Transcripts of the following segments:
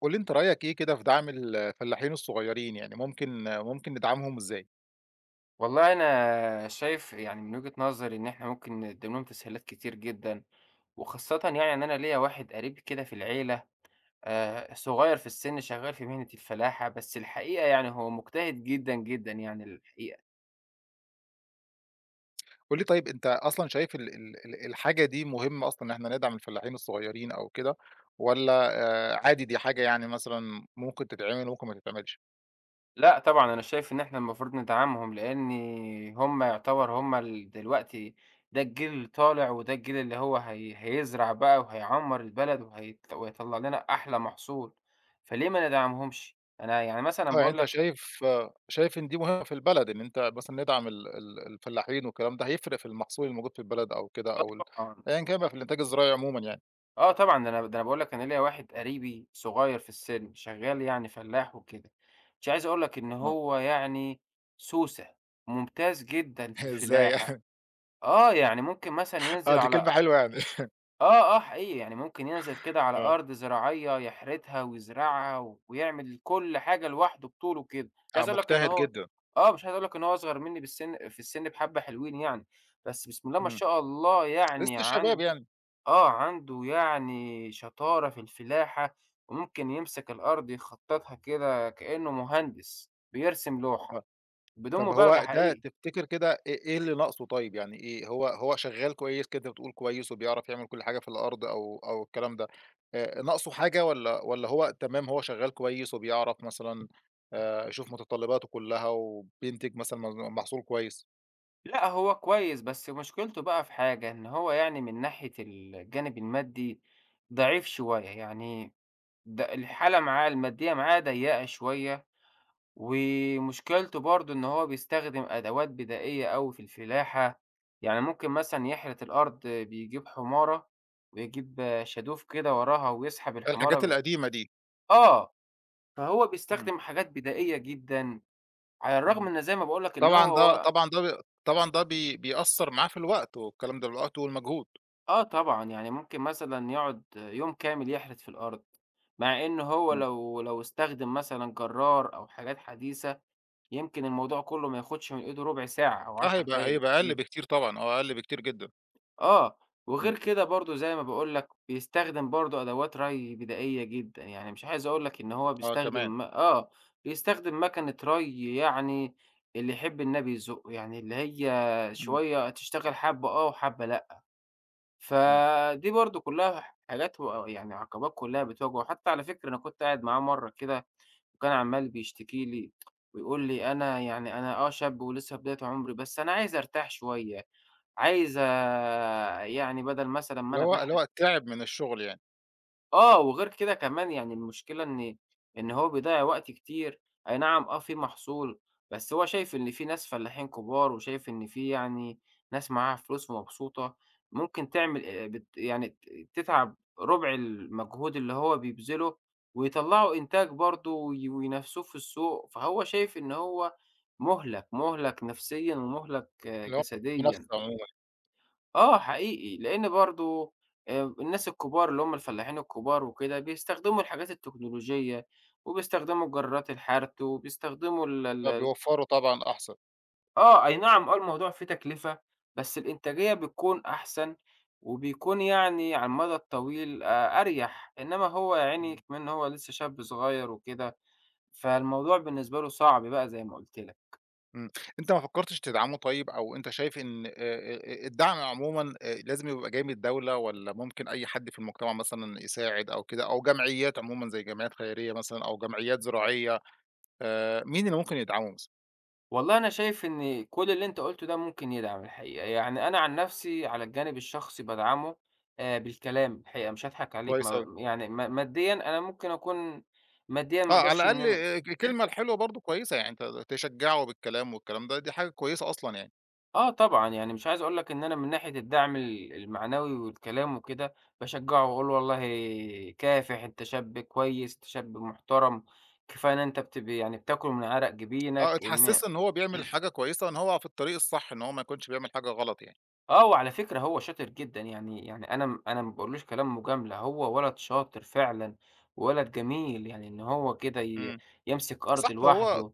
قُل لي أنت رأيك إيه كده في دعم الفلاحين الصغيّرين، يعني ممكن ندعمهم إزاي؟ والله أنا شايف يعني من وجهة نظري إن إحنا ممكن نقدم لهم تسهيلات كتير جدًا، وخاصةً يعني إن أنا ليّا واحد قريب كده في العيلة، صغير في السن، شغال في مهنة الفلاحة. بس الحقيقة يعني هو مجتهد جدًا، جدًا يعني الحقيقة. قُل لي طيب أنت أصلًا شايف ال ال ال الحاجة دي مهمة أصلًا إن إحنا ندعم الفلاحين الصغيّرين أو كده، والّا عادي دي حاجة يعني مثلًا ممكن تتعمل وممكن ما تتعملش؟ لأ، طبعًا أنا شايف إن إحنا المفروض ندعمهم، لإن هم يعتبر هم دلوقتي ده الجيل اللي طالع، وده الجيل اللي هو هيزرع بقى، وهيعمّر البلد، وهيطلّع لنا أحلى محصول. فليه ما ندعمهمش؟ أنا يعني مثلًا آه، يعني باقول أنت لك. شايف شايف إن دي مهمة في البلد إن أنت مثلًا ندعم ال ال الفلاحين والكلام ده هيفرق في المحصول الموجود في البلد أو كده أو طبعًا، أيًا كان بقى في الإنتاج الزراعي عمومًا يعني؟ آه طبعًا، ده أنا باقول لك، أنا ليّا واحد قريبي صغير في السن، شغال يعني فلاح وكده. مش عايز أقول لك إن آه، هو يعني سوسة، ممتاز جدًا في إزاي؟ الفلاحة. آه، يعني ممكن مثلًا آه، ينزل دي على كلمة حلوة يعني. آه حقيقي. يعني ممكن ينزل كده على آه، أرض زراعية يحرثها ويزرعها ويعمل كل حاجة لوحده بطوله كده. مش آه عايز أقول لك إن مجتهد هو جدًا، مش عايز أقول لك إن هو أصغر مني بالسن، في السن بحبة حلوين يعني، بس بسم الله ما إمم، شاء الله يعني لسه شباب عن يعني. عنده يعني شطارة في الفلاحة. وممكن يمسك الأرض يخططها كده كأنه مهندس بيرسم لوحة، آه، بدون طب هو مبالغة ده حقيقي. تفتكر كده إيه اللي ناقصه طيب، يعني إيه هو شغال كويس كده أنت بتقول كويس وبيعرف يعمل كل حاجة في الأرض أو الكلام ده، ناقصه حاجة والّا هو تمام هو شغال كويس وبيعرف مثلًا يشوف متطلباته كلها وبينتج مثلًا محصول كويس؟ لأ، هو كويس، بس مشكلته بقى في حاجة، إن هو يعني من ناحية الجانب المادي ضعيف شوية، يعني الحالة معاه المادية معاه ضيّقة شوية. ومشكلته برضه إن هو بيستخدم أدوات بدائية أوي في الفلاحة. يعني ممكن مثلًا يحرث الأرض، بيجيب حمارة ويجيب شادوف كده وراها، ويسحب الحمارة الحاجات ب القديمة دي، آه، فهو إمم، بيستخدم حاجات بدائية جدًا، على الرغم إمم، إن زي ما باقول لك إن هو طبعًا ده هو طبعًا ده ب طبعًا ده بيأثّر معاه في الوقت والكلام ده، الوقت والمجهود، آه طبعًا. يعني ممكن مثلًا يقعد يوم كامل يحرث في الأرض، مع إن هو إمم، لو استخدم مثلًا جرار أو حاجات حديثة، يمكن الموضوع كله ما ياخدش من إيده ربع ساعة أو آه 10 هيبقى دقايق هيبقى أقل بالكتير. بكتير طبعًا، آه أقل بكتير جدًا، آه، إمم، وغير كده برضه زي ما باقول لك، بيستخدم برضه أدوات رَي بدائية جدًا. يعني مش عايز أقول لك إن هو آه بيستخدم كمان، م آه، بيستخدم مَكَنة رَي، يعني اللي يحب النبي يزُقّه، يعني اللي هي إمم، شوية تشتغل إمم. حبّة آه وحبّة لأ. فدي برضه كلّها حاجات و آه، يعني عقبات كلّها بتواجهه. حتى على فكرة، أنا كنت قاعد معاه مرّة كده وكان عمّال بيشتكي لي ويقول لي: "أنا يعني أنا شاب ولسه في بداية عُمري، بس أنا عايز أرتاح شوية." عايزة يعني بدل مثلًا ما اللي أنا هو اللي باحرق. هو تعب من الشغل يعني، آه، وغير كده كمان يعني المشكلة إن إن هو بيضيّع وقت كتير، أي نعم في محصول. بس هو شايف إن في ناس فلاحين كبار، وشايف إن في يعني ناس معاها فلوس ومبسوطة، ممكن تعمل بت يعني ت تتعب ربع المجهود اللي هو بيبذله، ويطلّعوا إنتاج برضه وينافسوه في السوق. فهو شايف إن هو مُهلَك، مُهلَك نفسيًا ومُهلَك اللي هو مش منافسة جسديًا. عمومًا، آه حقيقي، لإن برضه الناس الكبار اللي هم الفلاحين الكبار وكده، بيستخدموا الحاجات التكنولوجية، وبيستخدموا جرارات الحَرْث، وبيستخدموا ال ال ال فبيوفّروا طبعًا أحسن. آه، أي نعم. آه، الموضوع فيه تكلفة، بس الإنتاجية بتكون أحسن، وبيكون يعني على المدى الطويل أريح. إنّما هو يا عيني كمان، إن هو لسّه شاب صغير وكده، فالموضوع بالنسبة له صعب بقى زي ما قُلت لك. إمم. أنت ما فكّرتش تدعمه طيب أو أنت شايف إن الدعم عمومًا لازم يبقى جاي من الدولة والّا ممكن أي حد في المجتمع مثلًا يساعد أو كده أو جمعيات عمومًا زي جمعيات خيرية مثلًا أو جمعيات زراعية، مين اللي ممكن يدعمه مثلًا؟ والله أنا شايف إن كل اللي أنت قُلته ده ممكن يدعم الحقيقة. يعني أنا عن نفسي على الجانب الشخصي بادعمه بالكلام، الحقيقة مش هاضحك عليك، كويس أوي. ما يعني ما ماديًا أنا ممكن أكون، ماديًا ما آه، على أقدرش إن الأقل أنا الكلمة الحلوة برضه كويسة، يعني أنت تشجّعه بالكلام والكلام ده، دي حاجة كويسة أصلًا يعني. آه طبعًا. يعني مش عايز أقول لك إن أنا من ناحية الدعم المعنوي والكلام وكده، باشجّعه وأقول والله كافح، أنت شاب كويس، أنت شاب محترم، كفاية إن أنت بت يعني بتاكل من عرق آه، جبينك. إن اتحسسه إن هو بيعمل حاجة كويسة، إن هو في الطريق الصح، إن هو ما يكونش بيعمل حاجة غلط يعني. آه، وعلى فكرة هو شاطر جدًا. يعني يعني أنا ما باقولوش كلام مجاملة، هو ولد شاطر فعلًا، وولد جميل. يعني إن هو كده إمم. يمسك أرض صح هو لوحده.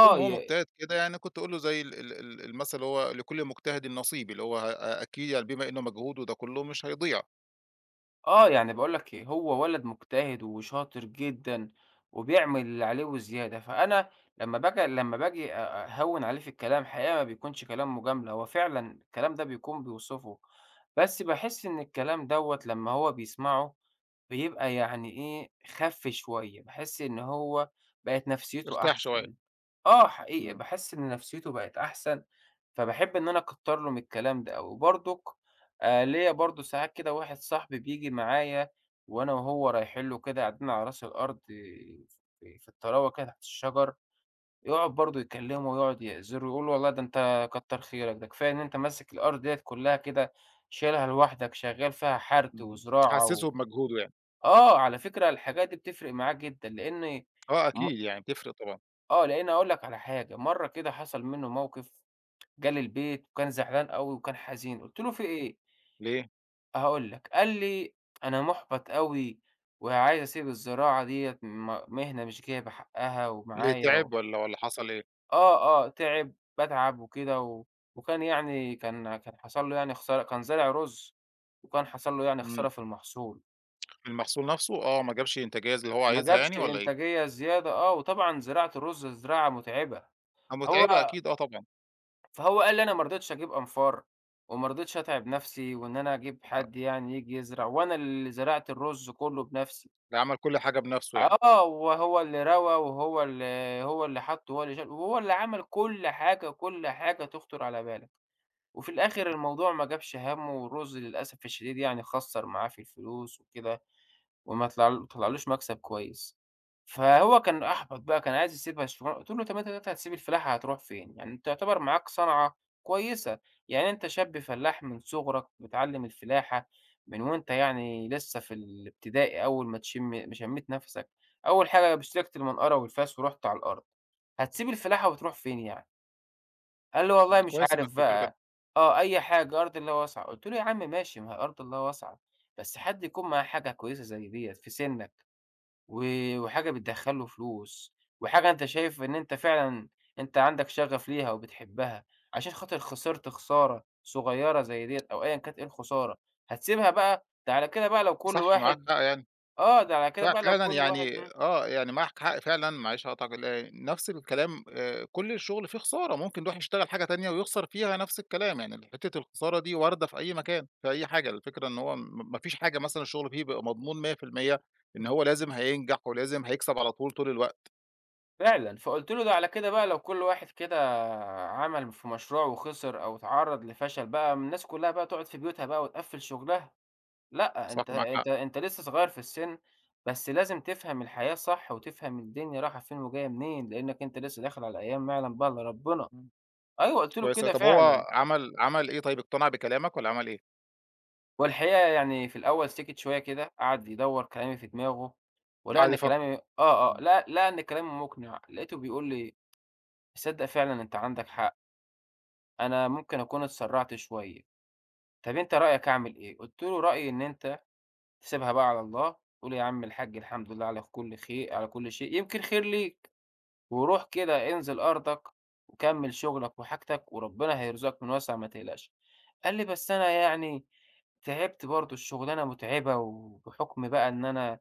طول ما هو ي مجتهد كده يعني كنت أقول له زي ال ال ال المثل اللي هو لكل مجتهد نصيب، اللي هو أكيد يعني بما إنه مجهوده ده كله مش هيضيع، آه، يعني باقول لك إيه، هو ولد مجتهد وشاطر جدًا، وبيعمل اللي عليه وزيادة. فأنا لمّا باجي أهوّن عليه في الكلام، حقيقة ما بيكونش كلام مجاملة، هو فعلًا الكلام ده بيكون بيوصفه. بس باحس إن الكلام دوّة لمّا هو بيسمعه بيبقى يعني إيه، خَف شوية، باحس إن هو بقت نفسيته ارتاح شوية. أحسن. آه حقيقي، إمم، باحس إن نفسيته بقت أحسن. فباحب إن أنا أكتّر له من الكلام ده أوي. وبرضك ليّا برضه ساعات كده واحد صاحبي بييجي معايا، وأنا وهو رايحين له كده، قاعدين على راس الأرض في في الطراوة كده تحت الشجر، يقعد برضه يكلّمه ويقعد يأذره ويقول له: "والله ده أنت كتّر خيرك، ده كفاية إن أنت ماسك الأرض ديّة كُلّها كده شايلها لوحدك، شغّال فيها حَرْث إمم. وزراعة و". حسسه بمجهوده يعني. آه، على فكرة الحاجات دي بتفرق معاه جدًا، لإن آه، م أكيد يعني بتفرق طبعًا. آه، لإن هاقول لك على حاجة. مرّة كده حصل منّه موقف، جه لي البيت وكان زعلان أوي وكان حزين. قُلت له: "في إيه؟" ليه؟ هاقول لك، قال لي: "أنا مُحبَط أوي وعايز أسيب الزراعة ديّة، مهنة مش جايبة حقّها ليه ومعايا و". تعب والّا حصل إيه؟ آه، آه، تعب، باتعب وكده و، وكان يعني كان حصل له يعني خسارة، كان زارع رُز، وكان حصل له يعني إمم، خسارة في المحصول. المحصول نفسه ما جابش إنتاجية زي اللي هو ما عايزها جابش يعني والّا إيه؟ إنتاجية زيادة آه، وطبعًا زراعة الرز زراعة مُتعبة. آه، هو متعبة أكيد طبعًا، فهو قال لي: أنا ما رضيتش أجيب أنفار، وما رضيتش أتعب نَفْسي، وإن أنا أجيب آه، حد يعني ييجي يزرع، وأنا اللي زرعت الرز كُلّه بنَفْسي. ده عمل كل حاجة بنفسه يعني. آه، وهو اللي روى، وهو اللي هو اللي حَط، وهو اللي شال، وهو اللي عمل كل حاجة، كل حاجة تخطر على بالك. وفي الآخر الموضوع ما جابش هَمّه، والرز للأسف الشديد يعني خسّر معاه في الفلوس وكده. وما طلع طلعلوش مكسب كويس. فهو كان أحبط بقى، كان عايز يسيبها الشغلانة. قُلت له: "طب أنت دلوقتي هتسيب الفلاحة، هتروح فين؟ يعني أنت يعتبر معاك صنعة كويسة، يعني أنت شاب فلاح من صغرك بتعلّم الفلاحة من وأنت يعني لسه في الابتدائي، أول ما شميت نَفَسك، أول حاجة اشتريت المنقرة والفاس ورُحت على الأرض، هتسيب الفلاحة وتروح فين يعني؟" قال لي: إمم. "والله مش كويس إنك عارف قُلت له كده، بقى، آه أي حاجة، أرض الله واسعة." قُلت له: "يا عم ماشي، ما هي أرض الله واسعة، بس حد يكون معاه حاجة كويسة زي ديّة في سنّك. و وحاجة بتدخّل له فلوس، وحاجة أنت شايف إن أنت فعلًا أنت عندك شغف ليها وبتحبها، عشان خاطر خسرت خسارة صغيّرة زي ديّة، أو أيًا كانت إيه الخسارة، هتسيبها بقى؟ ده على كده بقى لو كل صح معاك واحد حق يعني. آه، ده على كده بقى لو ففعلًا كل واحد يعني إمم، يعني معاك حق فعلًا معلش هاقاطعك نفس الكلام كل الشغل فيه خسارة، ممكن يروح يشتغل حاجة تانية ويخسر فيها نفس الكلام، يعني حتّة الخسارة دي واردة في أي مكان، في أي حاجة، الفكرة إن هو ما فيش حاجة مثلًا الشغل فيه بيبقى مضمون 100% إن هو لازم هينجح ولازم هيكسب على طول، طول الوقت، فعلًا". فقُلت له: "ده على كده بقى لو كل واحد كده عمل في مشروع وخسر أو اتعرّض لفشل بقى، الناس كلّها بقى تقعد في بيوتها بقى وتقفّل شغلها. لأ، صح أنت معاك أنت حق، أنت لسه صغير في السِن، بس لازم تفهم الحياة صح، وتفهم الدنيا رايحة فين وجاية منين، لإنّك أنت لسه داخل على أيام ما يعلم بها إلّا ربنا." إمم، أيوه، قُلت له كويس أوي، كده طب هو فعلًا. عمل إيه طيب اقتنع بكلامك والّا عمل إيه؟ والحقيقة يعني في الأول سِكِت شوية كده، قعد يدوّر كلامي في دماغه، ولقى قعد إن يفكّر، كلامي إمم. لقى إن كلامي مُقنِع. لقيته بيقول لي: "تصدّق فعلًا أنت عندك حق، أنا ممكن أكون اتسرّعت شوية، طَب أنت رأيك أعمل إيه؟" قُلت له: "رأيي إن أنت تسيبها بقى على الله، تقول يا عم الحاج الحمد لله على كل خير، على كل شيء، يمكن خير ليك. وروح كده انزل أرضك وكمّل شغلك وحاجتك، وربنا هيرزقك من واسع، ما تقلقش." قال لي: "بس أنا يعني تعبت برضه، الشغلانة مُتعبة، وبحُكم بقى إن أنا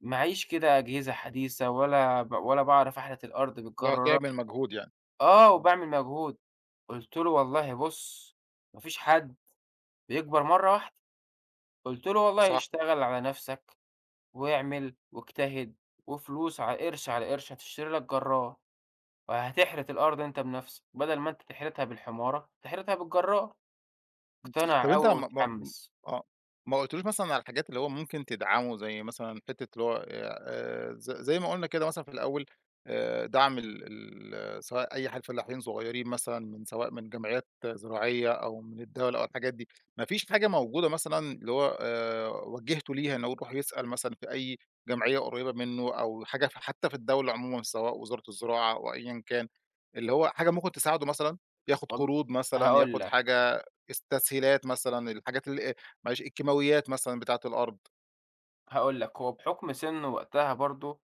معييش كده أجهزة حديثة، ولا باعرف أحلت الأرض اللي هو بالجرارات." تعمل مجهود يعني، آه، إمم. وباعمل مجهود. قُلت له: "والله بُص، ما فيش حد بيكبر مرّة واحدة." قُلت له: "والله صح. اشتغل على نَفْسك واعمل واجتهد، وفلوس قرش على قرش هتشتري لك جرار، وهتحرث الأرض أنت بنفسك، بدل ما أنت تحرثها بالحمارة، تحرثها بالجرار." طب اقتنع أوي أنت ما ما م واتحمس. آه، ما قُلتلوش مثلًا على الحاجات اللي هو ممكن تدعمه زي مثلًا حتّة اللي هو زي ما قُلنا كده مثلًا في الأول دعم ال ال سواء أي فلاحين صغيّرين مثلًا من سواء من جمعيات زراعية أو من الدولة أو الحاجات دي، ما فيش حاجة موجودة مثلًا اللي هو وجّهته ليها إن هو يروح يسأل مثلًا في أي جمعية قريّبة منّه أو حاجة حتّى في الدولة عمومًا سواء وزارة الزراعة أو أيًا كان، اللي هو حاجة ممكن تساعده مثلًا، ياخد والل قروض مثلًا، هاقول ياخد لك. حاجة التسهيلات مثلًا، الحاجات معلش الكيماويات مثلًا بتاعة الأرض. هاقول لك، هو بحُكم سِنّه وقتها برضه،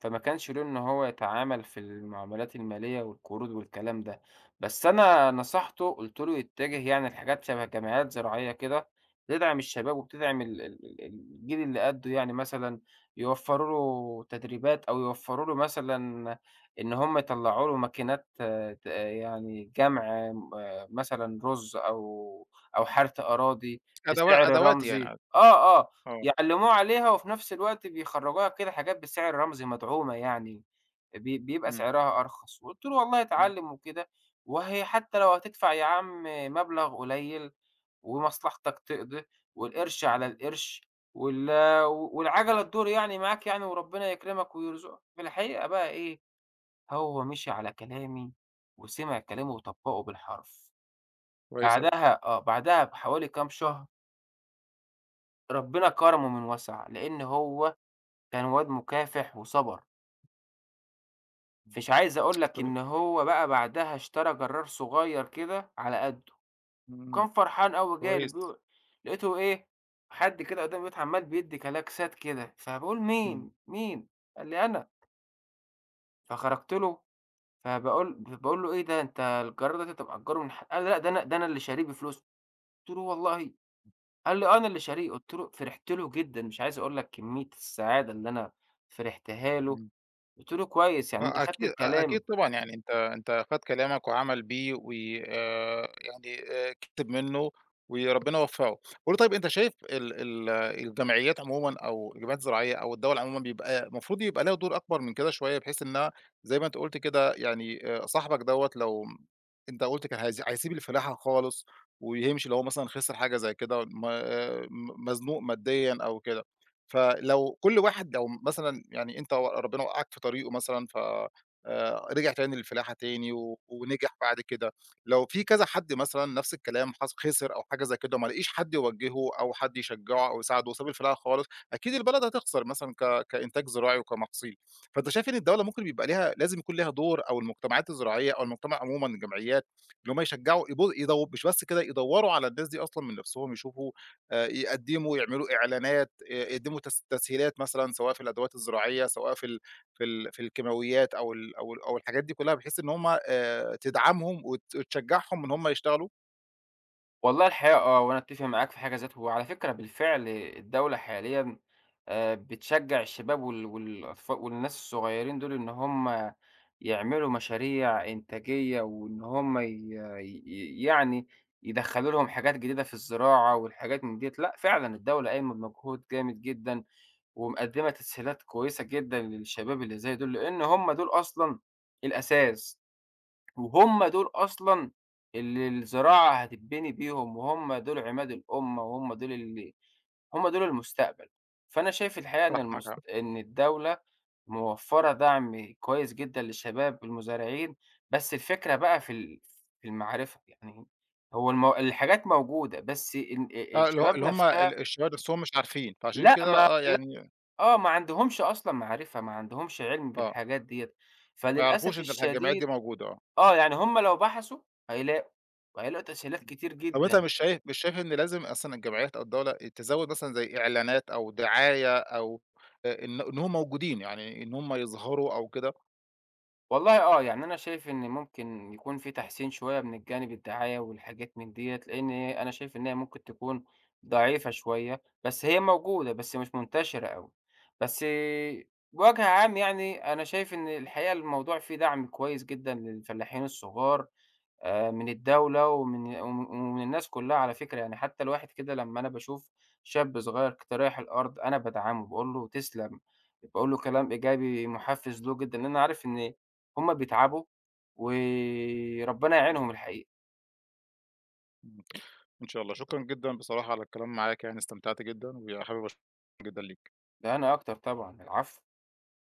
فما كانش له إن هو يتعامل في المعاملات المالية والقروض والكلام ده. بس أنا نصحته، قُلت له يتجه يعني لحاجات شَبه جمعيات زراعية كده، تدعم الشباب وبتدعم ال ال ال الجيل اللي قدّه، يعني مثلًا يوفّروا له تدريبات، أو يوفّروا له مثلًا إن هم يطلّعوا له ماكينات آه، ت آه، يعني جَمع مثلًا رُز، أو أو حَرث أراضي بسعر أدوات يعني رمزي. عادي، آه، آه، آه. يعلّموه عليها وفي نفس الوقت بيخرّجوها كده حاجات بسعر رمزي مدعومة يعني، بيبقى إمم، سعرها أرخص. وقُلت له: "والله إمم. اتعلّم وكده، وهي حتى لو هتدفع يا عم مبلغ قليّل ومصلحتك تقضي، والقرش على القرش، وال والعَجَلة تدور يعني معاك، يعني وربنا يكرمك ويرزقك." في الحقيقة بقى إيه، هو مشي على كلامي وسمع كلامي وطبّقه بالحرف. كويس أوي. بعدها آه، بعدها بحوالي كام شهر ربنا كرمه من وَسَع، لإن هو كان واد مكافح وصبر. مش عايز أقول لك طب إن هو بقى بعدها اشترى جرار صغير كده على قده، إمم، إمم. وكان فرحان أوي جاي كويس. لقيته إيه، حد كده قدام البيت عمال بيدّي كلاكسات كده. فباقول: إمم، "مين، مين؟" قال لي: "أنا." فخرجت له، باقول له: "إيه ده؟ أنت الجرار ده أنت مأجّره من ح". قال لي: "لأ، ده أنا اللي شاريه بفلوسي." قُلت له: "والله؟" قال لي: "آه أنا اللي شاريه." قُلت له فرحت له جدًا، مش عايز أقول لك كمية السعادة اللي أنا فرحتها له. إمم. قُلت له: "كويس، يعني أنت آه، خدت أكيد أ بكلامي." أكيد طبعًا، يعني أنت خَد كلامك وعمل بيه وآآ يعني كِتب منّه وربنا وفّقه. قُل لي طيب أنت شايف ال ال الجمعيات عمومًا أو الجمعيات الزراعية أو الدولة عمومًا بيبقى المفروض يبقى ليها دور أكبر من كده شوية بحيث إنّها زي ما أنت قُلت كده يعني صاحبك دوّة لو أنت قُلت كان هيسيب الفلاحة خالص ويمشي لو هو مثلًا خسر حاجة زي كده مزنوق ماديًا أو كده. فلو كل واحد لو مثلًا يعني أنت ربنا وقّعك في طريقه مثلًا ف رجع تاني للفلاحة تاني ونجح بعد كده، لو في كذا حد مثلًا نفس الكلام خسر أو حاجة زي كده وما لقيش حد يوجّهه أو حد يشجعه أو يساعده وساب الفلاحة خالص، أكيد البلد هتخسر مثلًا كإنتاج زراعي وكمحاصيل، فأنت شايف إن الدولة ممكن بيبقى ليها لازم يكون ليها دور أو المجتمعات الزراعية أو المجتمع عمومًا الجمعيات، اللي هم يشجعوا يبو يدو مش بس كده يدوّروا على الناس دي أصلًا من نفسهم يشوفوا يقدّموا يعملوا إعلانات، يقدّموا تسهيلات مثلًا سواء في الأدوات الزراعية، سواء في الكيماويات أو الحاجات دي كلّها بحيث إن هم تدعمهم وتشجّعهم إن هم يشتغلوا والله الحقيقة آه، وأنا أتفق معاك في حاجة ذاته. وعلى فكرة بالفعل الدولة حاليًا بتشجّع الشباب والناس الصغيّرين دول، إن هم يعملوا مشاريع إنتاجية، وإن هم ي ي يعني يدخّلوا لهم حاجات جديدة في الزراعة والحاجات من ديّة. لأ فعلًا الدولة قايمة بمجهود جامد جدًا، ومقدّمة تسهيلات كويسة جدًا للشباب اللي زي دول، لإن هم دول أصلًا الأساس. وهم دول أصلًا اللي الزراعة هتتبني بيهم، وهم دول عماد الأمة، وهم دول اللي هم دول المستقبل. فأنا شايف الحقيقة إن صح معاك حق. إن الدولة موفّرة دعم كويس جدًا للشباب المزارعين. بس الفكرة بقى في في المعرفة. يعني هو الحاجات موجودة، بس إن آه، الشباب اللي هم نفسها الشباب نفسهم مش عارفين، فعشان لأ، كده ما يعني آه، ما عندهمش أصلًا معرفة، ما عندهمش علم آه، بالحاجات ديّة. ما يعرفوش فللأسف إن الجمعيات دي الشديد موجودة. آه، يعني هُم لو بحثوا هيلاقوا، وهيلاقوا تسهيلات كتير طَب أنت جدًا. مش شايف إن لازم أصلًا الجمعيات أو الدولة تزوّد مثلًا زي إعلانات أو دعاية أو إن هم موجودين، يعني إن هم يظهروا أو كده؟ والله آه، يعني أنا شايف إن ممكن يكون في تحسين شوية من الجانب الدعاية والحاجات من ديّة، لإن أنا شايف إن هي ممكن تكون ضعيفة شوية، بس هي موجودة، بس مش منتشرة أوي. بس بوجه عام يعني أنا شايف إن الحقيقة الموضوع فيه دعم كويس جدًا للفلاحين الصغار. من الدولة ومن الناس كلّها على فكرة. يعني حتّى الواحد كده لمّا أنا باشوف شاب صغير رايح الأرض، أنا بادعمه، باقول له تسلم، باقول له كلام إيجابي محفّز له جدًا، لإن أنا عارف إن هم بيتعبوا وربنا يعينهم الحقيقة. إمم. إن شاء الله، شكرًا جدًا بصراحة على الكلام معاك يعني استمتعت جدًا، وحابب أشكرك جدًا ليك. ده أنا أكتر طبعًا، العفو.